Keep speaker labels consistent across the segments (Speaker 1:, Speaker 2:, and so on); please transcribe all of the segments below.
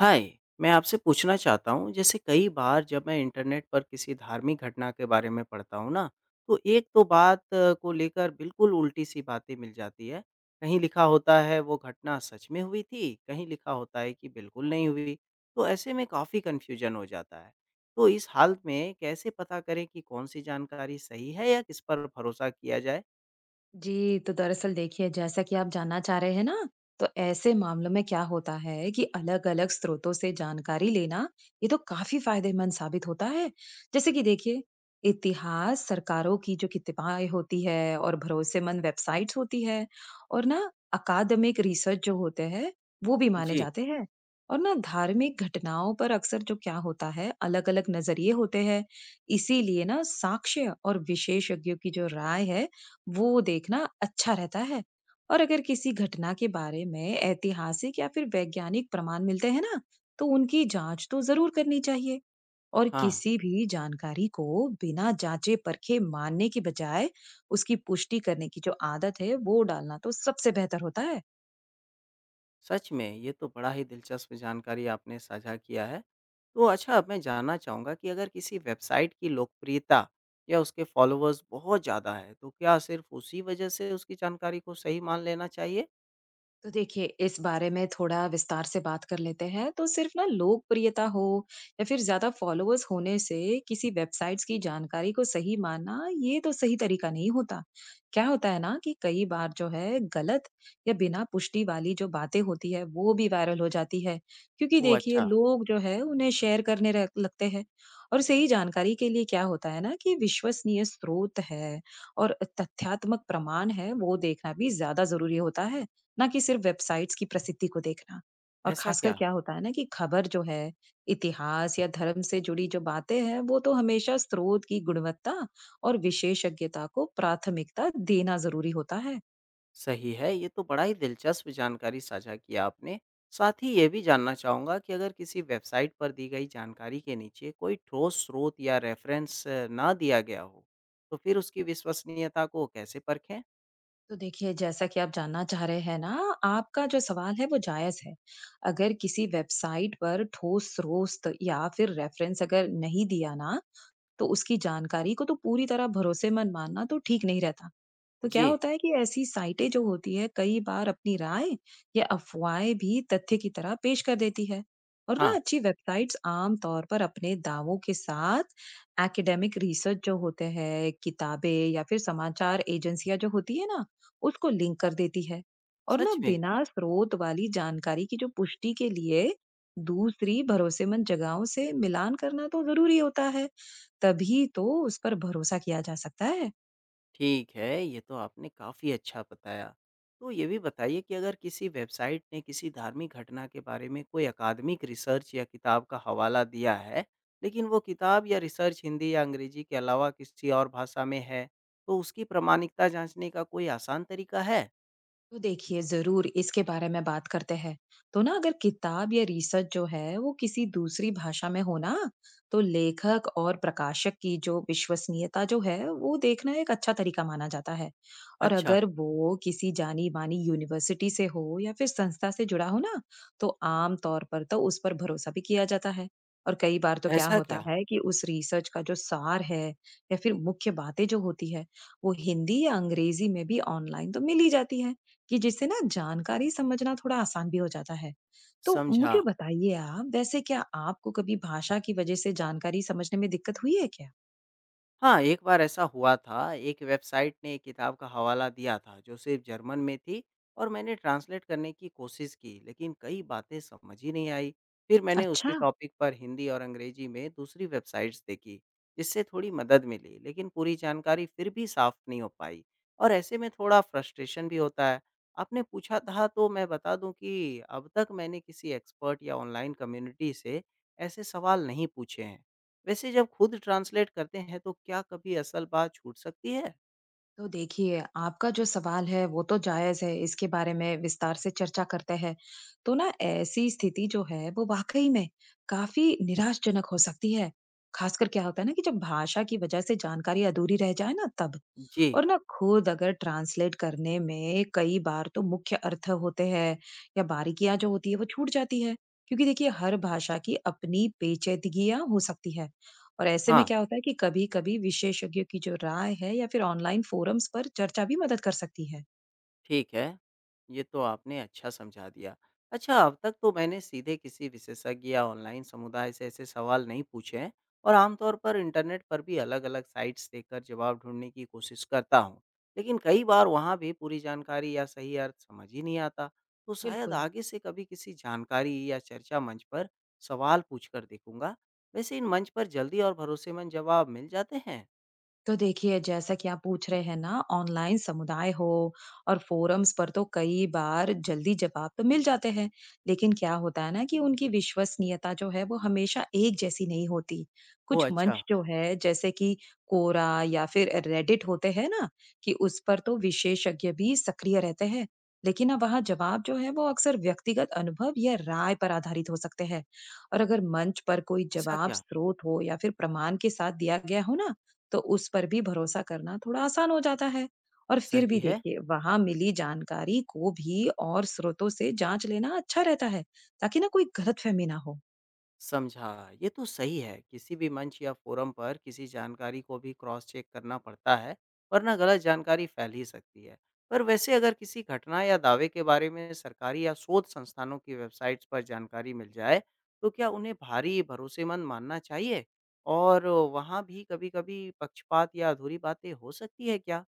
Speaker 1: हाय। मैं आपसे पूछना चाहता हूँ जैसे कई बार जब मैं इंटरनेट पर किसी धार्मिक घटना के बारे में पढ़ता हूँ ना, तो एक तो बात को लेकर बिल्कुल उल्टी सी बातें मिल जाती है। कहीं लिखा होता है वो घटना सच में हुई थी, कहीं लिखा होता है कि बिल्कुल नहीं हुई। तो ऐसे में काफ़ी कन्फ्यूजन हो जाता है। तो इस हालत में कैसे पता करें कि कौन सी जानकारी सही है या किस पर भरोसा किया जाए।
Speaker 2: जी, तो दरअसल देखिए जैसा कि आप जानना चाह रहे हैं ना, तो ऐसे मामलों में क्या होता है कि अलग-अलग स्रोतों से जानकारी लेना, ये तो काफ़ी फ़ायदेमंद साबित होता है। जैसे कि देखिए, इतिहास, सरकारों की जो किताबें होती है और भरोसेमंद वेबसाइट्स होती है और ना अकादमिक रिसर्च जो होते हैं, वो भी माने
Speaker 1: जी।
Speaker 2: जाते हैं। और ना धार्मिक घटनाओं पर अक्सर जो क्या होता है, अलग-अलग नज़रिए होते हैं। इसीलिए ना साक्ष्य और विशेषज्ञों की जो राय है, वो देखना अच्छा रहता है और अगर किसी घटना के बारे में ऐतिहासिक या फिर वैज्ञानिक प्रमाण मिलते हैं ना तो उनकी जांच तो जरूर करनी चाहिए और
Speaker 1: हाँ।
Speaker 2: किसी भी जानकारी को बिना जांचे परखे मानने के बजाय उसकी पुष्टि करने की जो आदत है वो डालना तो सबसे बेहतर होता है।
Speaker 1: सच में ये तो बड़ा ही दिलचस्प जानकारी आपने साझा किया है। तो अच्छा, अब मैं जानना चाहूँगा कि अगर किसी वेबसाइट की लोकप्रियता या उसके फॉलोअर्स बहुत ज़्यादा है तो क्या सिर्फ उसी वजह से उसकी जानकारी को सही मान लेना चाहिए?
Speaker 2: तो देखिए इस बारे में थोड़ा विस्तार से बात कर लेते हैं, तो सिर्फ ना लोकप्रियता हो या फिर ज्यादा फॉलोअर्स होने से किसी वेबसाइट्स की जानकारी को सही मानना ये तो सही तरीका नहीं होता। क्या होता है ना कि कई बार जो है गलत या बिना पुष्टि वाली जो बातें होती है वो भी वायरल हो जाती है, क्योंकि
Speaker 1: ओह
Speaker 2: देखिए
Speaker 1: अच्छा।
Speaker 2: लोग जो है उन्हें शेयर करने लगते हैं। और सही जानकारी के लिए क्या होता है ना कि विश्वसनीय स्रोत है और तथ्यात्मक प्रमाण है वो देखना भी ज्यादा जरूरी होता है, ना कि सिर्फ वेबसाइट्स की प्रसिद्धि को देखना। और
Speaker 1: ऐसा
Speaker 2: खासकर
Speaker 1: क्या?
Speaker 2: क्या होता है ना कि खबर जो है, इतिहास या धर्म से जुड़ी जो बातें हैं, वो तो हमेशा स्रोत की गुणवत्ता और विशेषज्ञता को प्राथमिकता देना ज़रूरी होता है।
Speaker 1: सही है, ये तो बड़ा ही दिलचस्प जानकारी साझा किया आपने। साथ ही ये भी जानना चाहूँगा कि अगर किसी वेबसाइट पर दी गई जानकारी के नीचे कोई ठोस स्रोत या रेफरेंस ना दिया गया हो, तो फिर उसकी विश्वसनीयता को कैसे परखें?
Speaker 2: तो देखिए, जैसा कि आप जानना चाह रहे हैं ना, आपका जो सवाल है वो जायज़ है। अगर किसी वेबसाइट पर ठोस स्रोत या फिर रेफ़रेंस अगर नहीं दिया ना, तो उसकी जानकारी को तो पूरी तरह भरोसेमंद मानना तो ठीक नहीं रहता। तो क्या
Speaker 1: जी।
Speaker 2: होता है कि ऐसी साइटें जो होती है कई बार अपनी राय या अफवाहें भी तथ्य की तरह पेश कर देती है। और ना
Speaker 1: हाँ।
Speaker 2: अच्छी वेबसाइट्स आम तौर पर अपने दावों के साथ एकेडमिक रिसर्च जो होते हैं किताबें या फिर समाचार एजेंसियां जो होती है ना उसको लिंक कर देती है। और ना
Speaker 1: सच में?
Speaker 2: बिना स्रोत वाली जानकारी की जो पुष्टि के लिए दूसरी भरोसेमंद जगहों से मिलान करना तो जरूरी होता है, तभी तो उस पर भरोसा किया जा सकता है।
Speaker 1: ठीक है, ये तो आपने काफ़ी अच्छा बताया। तो ये भी बताइए कि अगर किसी वेबसाइट ने किसी धार्मिक घटना के बारे में कोई अकादमिक रिसर्च या किताब का हवाला दिया है, लेकिन वो किताब या रिसर्च हिंदी या अंग्रेज़ी के अलावा किसी और भाषा में है, तो उसकी प्रामाणिकता जाँचने का कोई आसान तरीका है?
Speaker 2: तो देखिए जरूर इसके बारे में बात करते हैं। तो ना अगर किताब या रिसर्च जो है वो किसी दूसरी भाषा में हो ना, तो लेखक और प्रकाशक की जो विश्वसनीयता जो है वो देखना एक अच्छा तरीका माना जाता है। और
Speaker 1: अच्छा।
Speaker 2: अगर वो किसी जानी मानी यूनिवर्सिटी से हो या फिर संस्था से जुड़ा हो ना, तो आम तौर पर तो उस पर भरोसा भी किया जाता है। और कई बार तो क्या
Speaker 1: ऐसा
Speaker 2: होता
Speaker 1: क्या?
Speaker 2: है कि उस रिसर्च का जो सार है या फिर मुख्य बातें जो होती है वो हिंदी या अंग्रेजी में भी ऑनलाइन तो मिल ही जाती है, कि जिससे ना जानकारी समझना थोड़ा आसान भी हो जाता है। तो
Speaker 1: समझा।
Speaker 2: मुझे बताइए आप, वैसे क्या आपको कभी भाषा की वजह से जानकारी समझने में दिक्कत हुई है क्या?
Speaker 1: हाँ, एक बार ऐसा हुआ था। एक वेबसाइट ने एक किताब का हवाला दिया था जो सिर्फ जर्मन में थी और मैंने ट्रांसलेट करने की कोशिश की, लेकिन कई बातें समझ ही नहीं आई। फिर मैंने उसी
Speaker 2: अच्छा,
Speaker 1: टॉपिक पर हिंदी और अंग्रेजी में दूसरी वेबसाइट्स देखी, जिससे थोड़ी मदद मिली, लेकिन पूरी जानकारी फिर भी साफ नहीं हो पाई और ऐसे में थोड़ा फ्रस्ट्रेशन भी होता है। आपने पूछा था तो मैं बता दूं कि अब तक मैंने किसी एक्सपर्ट या ऑनलाइन कम्युनिटी से ऐसे सवाल नहीं पूछे हैं। वैसे जब खुद ट्रांसलेट करते हैं तो क्या कभी असल बात छूट सकती है?
Speaker 2: तो देखिए, आपका जो सवाल है वो तो जायज़ है, इसके बारे में विस्तार से चर्चा करते हैं। तो ना ऐसी स्थिति जो है वो वाक़ई में काफ़ी निराशजनक हो सकती है। ख़ासकर क्या होता है ना कि जब भाषा की वज़ह से जानकारी अधूरी रह जाए ना तब।
Speaker 1: जी।
Speaker 2: और ना खुद अगर ट्रांसलेट करने में कई बार तो मुख्य अर्थ होते हैं या बारीकियाँ जो होती है वो छूट जाती है। क्योंकि देखिए हर भाषा की अपनी पेचीदगियाँ हो सकती है। और ऐसे में
Speaker 1: हाँ।
Speaker 2: क्या होता है कि कभी-कभी विशेषज्ञों की जो राय है या फिर ऑनलाइन फोरम्स पर चर्चा भी मदद कर सकती है।
Speaker 1: ठीक है, ये तो आपने अच्छा समझा दिया। अच्छा, अब तक तो मैंने सीधे किसी विशेषज्ञ या ऑनलाइन समुदाय से ऐसे सवाल नहीं पूछे हैं और आमतौर पर इंटरनेट पर भी अलग-अलग साइट्स देखकर जवाब ढूँढने की कोशिश करता हूँ। लेकिन कई बार वहाँ भी पूरी जानकारी या सही अर्थ समझ ही नहीं आता, तो शायद
Speaker 2: बिल्कुल।
Speaker 1: आगे से कभी किसी जानकारी या चर्चा मंच पर सवाल पूछकर देखूँगा। वैसे इन मंच पर जल्दी और भरोसेमंद जवाब मिल जाते हैं?
Speaker 2: तो देखिए जैसा कि आप पूछ रहे हैं ना, ऑनलाइन समुदाय हो और फोरम्स पर तो कई बार जल्दी जवाब तो मिल जाते हैं, लेकिन क्या होता है ना कि उनकी विश्वसनीयता जो है वो हमेशा एक जैसी नहीं होती।
Speaker 1: ओह
Speaker 2: कुछ
Speaker 1: अच्छा।
Speaker 2: मंच जो है जैसे कि कोरा या फिर रेडिट होते हैं ना, कि उस पर तो विशेषज्ञ भी सक्रिय रहते हैं, लेकिन अब वहाँ जवाब जो है वो अक्सर व्यक्तिगत अनुभव या राय पर आधारित हो सकते हैं। और अगर मंच पर कोई
Speaker 1: ऐसा
Speaker 2: जवाब
Speaker 1: क्या?
Speaker 2: स्रोत हो या फिर प्रमाण के साथ दिया गया हो ना, तो उस पर भी भरोसा करना थोड़ा आसान हो जाता है। और फिर
Speaker 1: सही
Speaker 2: भी
Speaker 1: है।
Speaker 2: देखिए वहां मिली जानकारी को भी और स्रोतों से जांच लेना अच्छा रहता है, ताकि ना कोई गलतफहमी ना हो।
Speaker 1: समझा। ये तो सही है, किसी भी मंच या फोरम पर किसी जानकारी को भी क्रॉस चेक करना पड़ता है, वरना गलत जानकारी फैल ही सकती है। पर वैसे अगर किसी घटना या दावे के बारे में सरकारी या शोध संस्थानों की वेबसाइट्स पर जानकारी मिल जाए, तो क्या उन्हें भारी भरोसेमंद मानना चाहिए? और वहाँ भी कभी-कभी पक्षपात या अधूरी बातें हो सकती है क्या?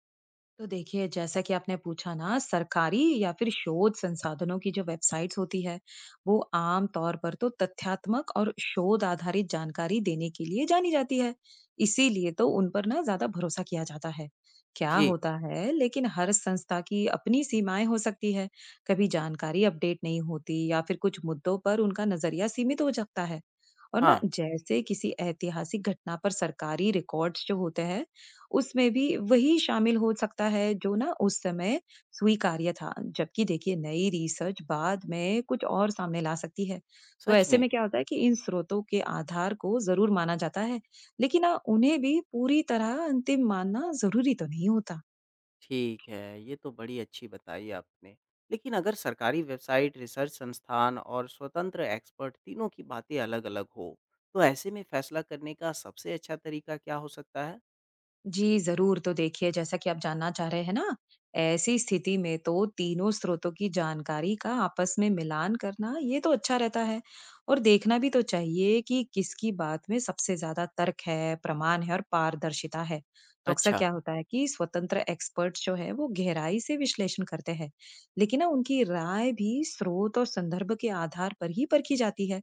Speaker 2: तो देखिए जैसा कि आपने पूछा ना, सरकारी या फिर शोध संसाधनों की जो वेबसाइट्स होती है वो आम तौर पर तो तथ्यात्मक और शोध आधारित जानकारी देने के लिए जानी जाती है, इसीलिए तो उन पर ना ज्यादा भरोसा किया जाता है। क्या
Speaker 1: जी।
Speaker 2: होता है, लेकिन हर संस्था की अपनी सीमाएं हो सकती है। कभी जानकारी अपडेट नहीं होती या फिर कुछ मुद्दों पर उनका नजरिया सीमित हो सकता है। और ना
Speaker 1: हाँ।
Speaker 2: जैसे किसी ऐतिहासिक घटना पर सरकारी रिकॉर्ड्स जो होते हैं उसमें भी वही शामिल हो सकता है जो ना उस समय स्वीकार्य था। जबकि देखिए नई रिसर्च बाद में कुछ और सामने ला सकती है। तो
Speaker 1: सच
Speaker 2: ऐसे
Speaker 1: में।
Speaker 2: में क्या होता है कि इन स्रोतों के आधार को ज़रूर माना जाता है, लेकिन ना उन्हें भी पूरी तरह अंतिम मानना ज़रूरी तो नहीं होता।
Speaker 1: ठीक है, ये तो बड़ी अच्छी बताई आपने। लेकिन अगर सरकारी वेबसाइट, रिसर्च संस्थान और स्वतंत्र एक्सपर्ट तीनों की बातें अलग-अलग हो, तो ऐसे में फैसला करने का सबसे अच्छा तरीका क्या हो सकता है?
Speaker 2: जी, ज़रूर। तो देखिए, जैसा कि आप जानना चाह रहे हैं ना, ऐसी स्थिति में तो तीनों स्रोतों की जानकारी का आपस में मिलान करना, ये तो अच्छा रहता है। और देखना भी तो चाहिए कि किसकी बात में सबसे ज़्यादा तर्क है, प्रमाण है और पारदर्शिता है। तो अक्सर
Speaker 1: अच्छा।
Speaker 2: क्या होता है कि स्वतंत्र एक्सपर्ट्स जो है, वो गहराई से विश्लेषण करते हैं। लेकिन ना, उनकी राय भी स्रोत और संदर्भ के आधार पर ही परखी जाती है।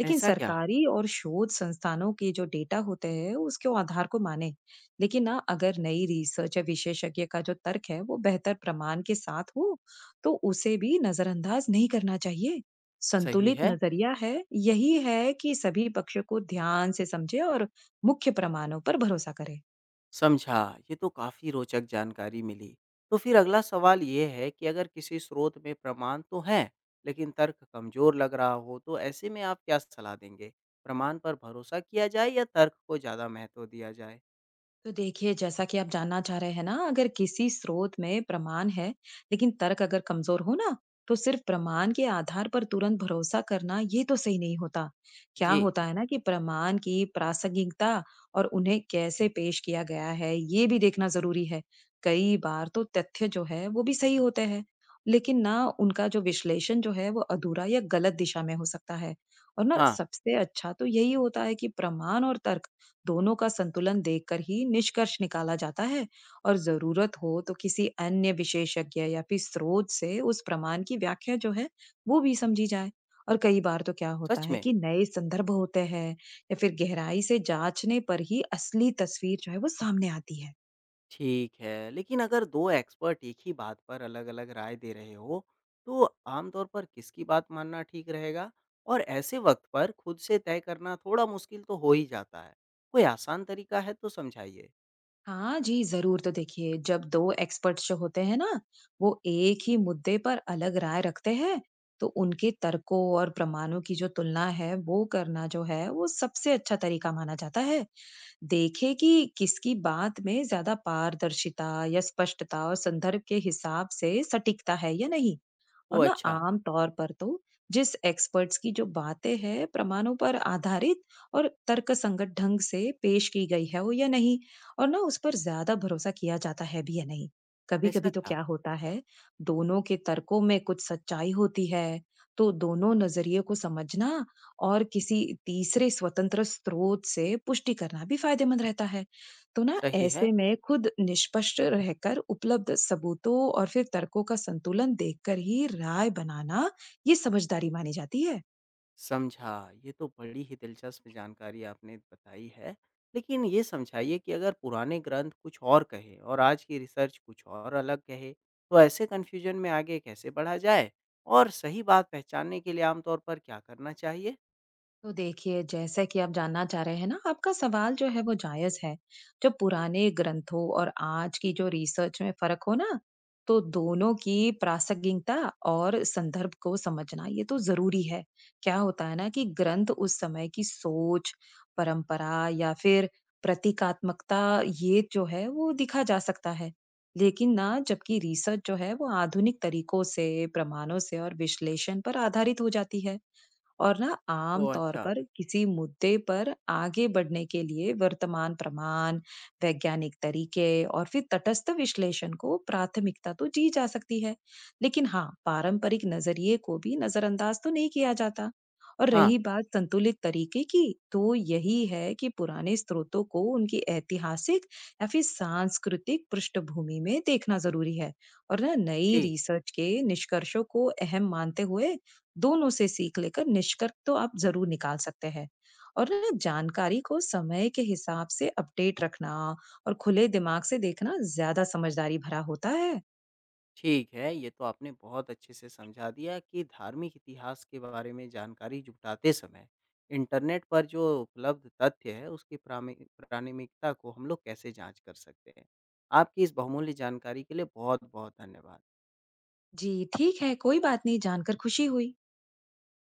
Speaker 2: लेकिन
Speaker 1: ऐसा क्या?
Speaker 2: सरकारी और शोध संस्थानों के जो डेटा होते हैं, उसके आधार को माने। लेकिन ना अगर नई रिसर्च या विशेषज्ञ का जो तर्क है वो बेहतर प्रमाण के साथ हो, तो उसे भी नजरअंदाज नहीं करना चाहिए।
Speaker 1: सही
Speaker 2: संतुलित
Speaker 1: है।
Speaker 2: नजरिया है यही है कि सभी पक्षों को ध्यान से समझे और मुख्य प्रमाणों पर भरोसा करें।
Speaker 1: समझा। ये तो काफ़ी रोचक जानकारी मिली। तो फिर अगला सवाल ये है कि अगर किसी स्रोत में प्रमाण तो है, लेकिन तर्क कमज़ोर लग रहा हो, तो ऐसे में आप क्या सलाह देंगे? प्रमाण पर भरोसा किया जाए या तर्क को ज़्यादा महत्व दिया जाए?
Speaker 2: तो देखिए जैसा कि आप जानना चाह रहे हैं ना, अगर किसी स्रोत में प्रमाण है लेकिन तर्क अगर कमजोर हो ना, तो सिर्फ प्रमाण के आधार पर तुरंत भरोसा करना ये तो सही नहीं होता। क्या
Speaker 1: जी।
Speaker 2: होता है ना कि प्रमाण की प्रासंगिकता और उन्हें कैसे पेश किया गया है ये भी देखना जरूरी है। कई बार तो तथ्य जो है वो भी सही होते हैं, लेकिन ना उनका जो विश्लेषण जो है वो अधूरा या गलत दिशा में हो सकता है। और ना
Speaker 1: हाँ।
Speaker 2: सबसे अच्छा तो यही होता है कि प्रमाण और तर्क दोनों का संतुलन देखकर ही निष्कर्ष निकाला जाता है। और जरूरत हो तो किसी अन्य विशेषज्ञ या फिर स्रोत से उस प्रमाण की व्याख्या जो है वो भी समझी जाए। और कई बार तो क्या होता
Speaker 1: सच
Speaker 2: है
Speaker 1: में?
Speaker 2: कि नए संदर्भ होते हैं या फिर गहराई से जांचने पर ही असली तस्वीर जो है वो सामने आती है।
Speaker 1: ठीक है, लेकिन अगर 2 एक्सपर्ट एक ही बात पर अलग-अलग राय दे रहे हों, तो आमतौर पर किसकी बात मानना ठीक रहेगा? और ऐसे वक़्त पर खुद से तय करना थोड़ा मुश्किल तो हो ही जाता है। कोई आसान तरीका है तो समझाइए?
Speaker 2: हाँ जी, ज़रूर। तो देखिए, जब 2 एक्सपर्ट्स जो होते हैं ना, वो एक ही मुद्दे पर अलग राय रखते हैं, तो उनके तर्कों और प्रमाणों की जो तुलना है, वो करना जो है, वो सबसे अच्छा तरीका माना जाता है। देखें कि किसकी बात में ज्यादा पारदर्शिता या स्पष्टता और संदर्भ के हिसाब से सटीकता है या नहीं। और
Speaker 1: ओह
Speaker 2: ना
Speaker 1: अच्छा।
Speaker 2: आम तौर पर तो जिस एक्सपर्ट्स की जो बातें हैं प्रमाणों पर आधारित और तर्कसंगत ढंग से पेश की गई है वो या नहीं, और ना उस पर ज्यादा भरोसा किया जाता है भी या नहीं। कभी
Speaker 1: ऐसा
Speaker 2: कभी तो
Speaker 1: क्या?
Speaker 2: क्या होता है, दोनों के तर्कों में कुछ सच्चाई होती है, तो दोनों नजरिए को समझना और किसी तीसरे स्वतंत्र स्रोत से पुष्टि करना भी फायदेमंद रहता है। तो ना
Speaker 1: सही है।
Speaker 2: ऐसे में खुद निष्पक्ष रहकर उपलब्ध सबूतों और फिर तर्कों का संतुलन देखकर ही राय बनाना, ये समझदारी मानी जाती है।
Speaker 1: समझा। ये तो बड़ी ही दिलचस्प जानकारी आपने बताई है। लेकिन ये समझाइए कि अगर पुराने ग्रंथ कुछ और कहें और आज की रिसर्च कुछ और अलग कहे, तो ऐसे कन्फ्यूजन में आगे कैसे बढ़ा जाए? और सही बात पहचानने के लिए आमतौर पर क्या करना चाहिए?
Speaker 2: तो देखिए जैसे कि आप जानना चाह रहे हैं ना, आपका सवाल जो है वो जायज है। जो पुराने ग्रंथों और आज की जो रिसर्च में फर्क हो ना, तो दोनों की प्रासंगिकता और संदर्भ को समझना ये तो जरूरी है। क्या होता है ना कि ग्रंथ उस समय की सोच, परंपरा या फिर प्रतीकात्मकता, ये जो है वो दिखा जा सकता है, लेकिन ना जबकि रिसर्च जो है वो आधुनिक तरीकों से, प्रमाणों से और विश्लेषण पर आधारित हो जाती है। और ना आम
Speaker 1: ओह
Speaker 2: तौर
Speaker 1: अच्छा!
Speaker 2: पर किसी मुद्दे पर आगे बढ़ने के लिए वर्तमान प्रमाण, वैज्ञानिक तरीके और फिर तटस्थ विश्लेषण को प्राथमिकता तो दी जा सकती है, लेकिन हाँ, पारंपरिक नजरिए को भी नजरअंदाज तो नहीं किया जाता। और
Speaker 1: हाँ।
Speaker 2: रही बात संतुलित तरीके की, तो यही है कि पुराने स्रोतों को उनकी ऐतिहासिक या फिर सांस्कृतिक पृष्ठभूमि में देखना जरूरी है। और ना नई
Speaker 1: जी।
Speaker 2: रिसर्च के निष्कर्षों को अहम मानते हुए दोनों से सीख लेकर निष्कर्ष तो आप ज़रूर निकाल सकते हैं। और ना जानकारी को समय के हिसाब से अपडेट रखना और खुले दिमाग से देखना ज़्यादा समझदारी भरा होता है।
Speaker 1: ठीक है, ये तो आपने बहुत अच्छे से समझा दिया कि धार्मिक इतिहास के बारे में जानकारी जुटाते समय इंटरनेट पर जो उपलब्ध तथ्य है उसकी प्रामि प्रामाणिकता को हम लोग कैसे जांच कर सकते हैं। आपकी इस बहुमूल्य जानकारी के लिए बहुत-बहुत धन्यवाद।
Speaker 2: जी, ठीक है, कोई बात नहीं, जानकर खुशी हुई।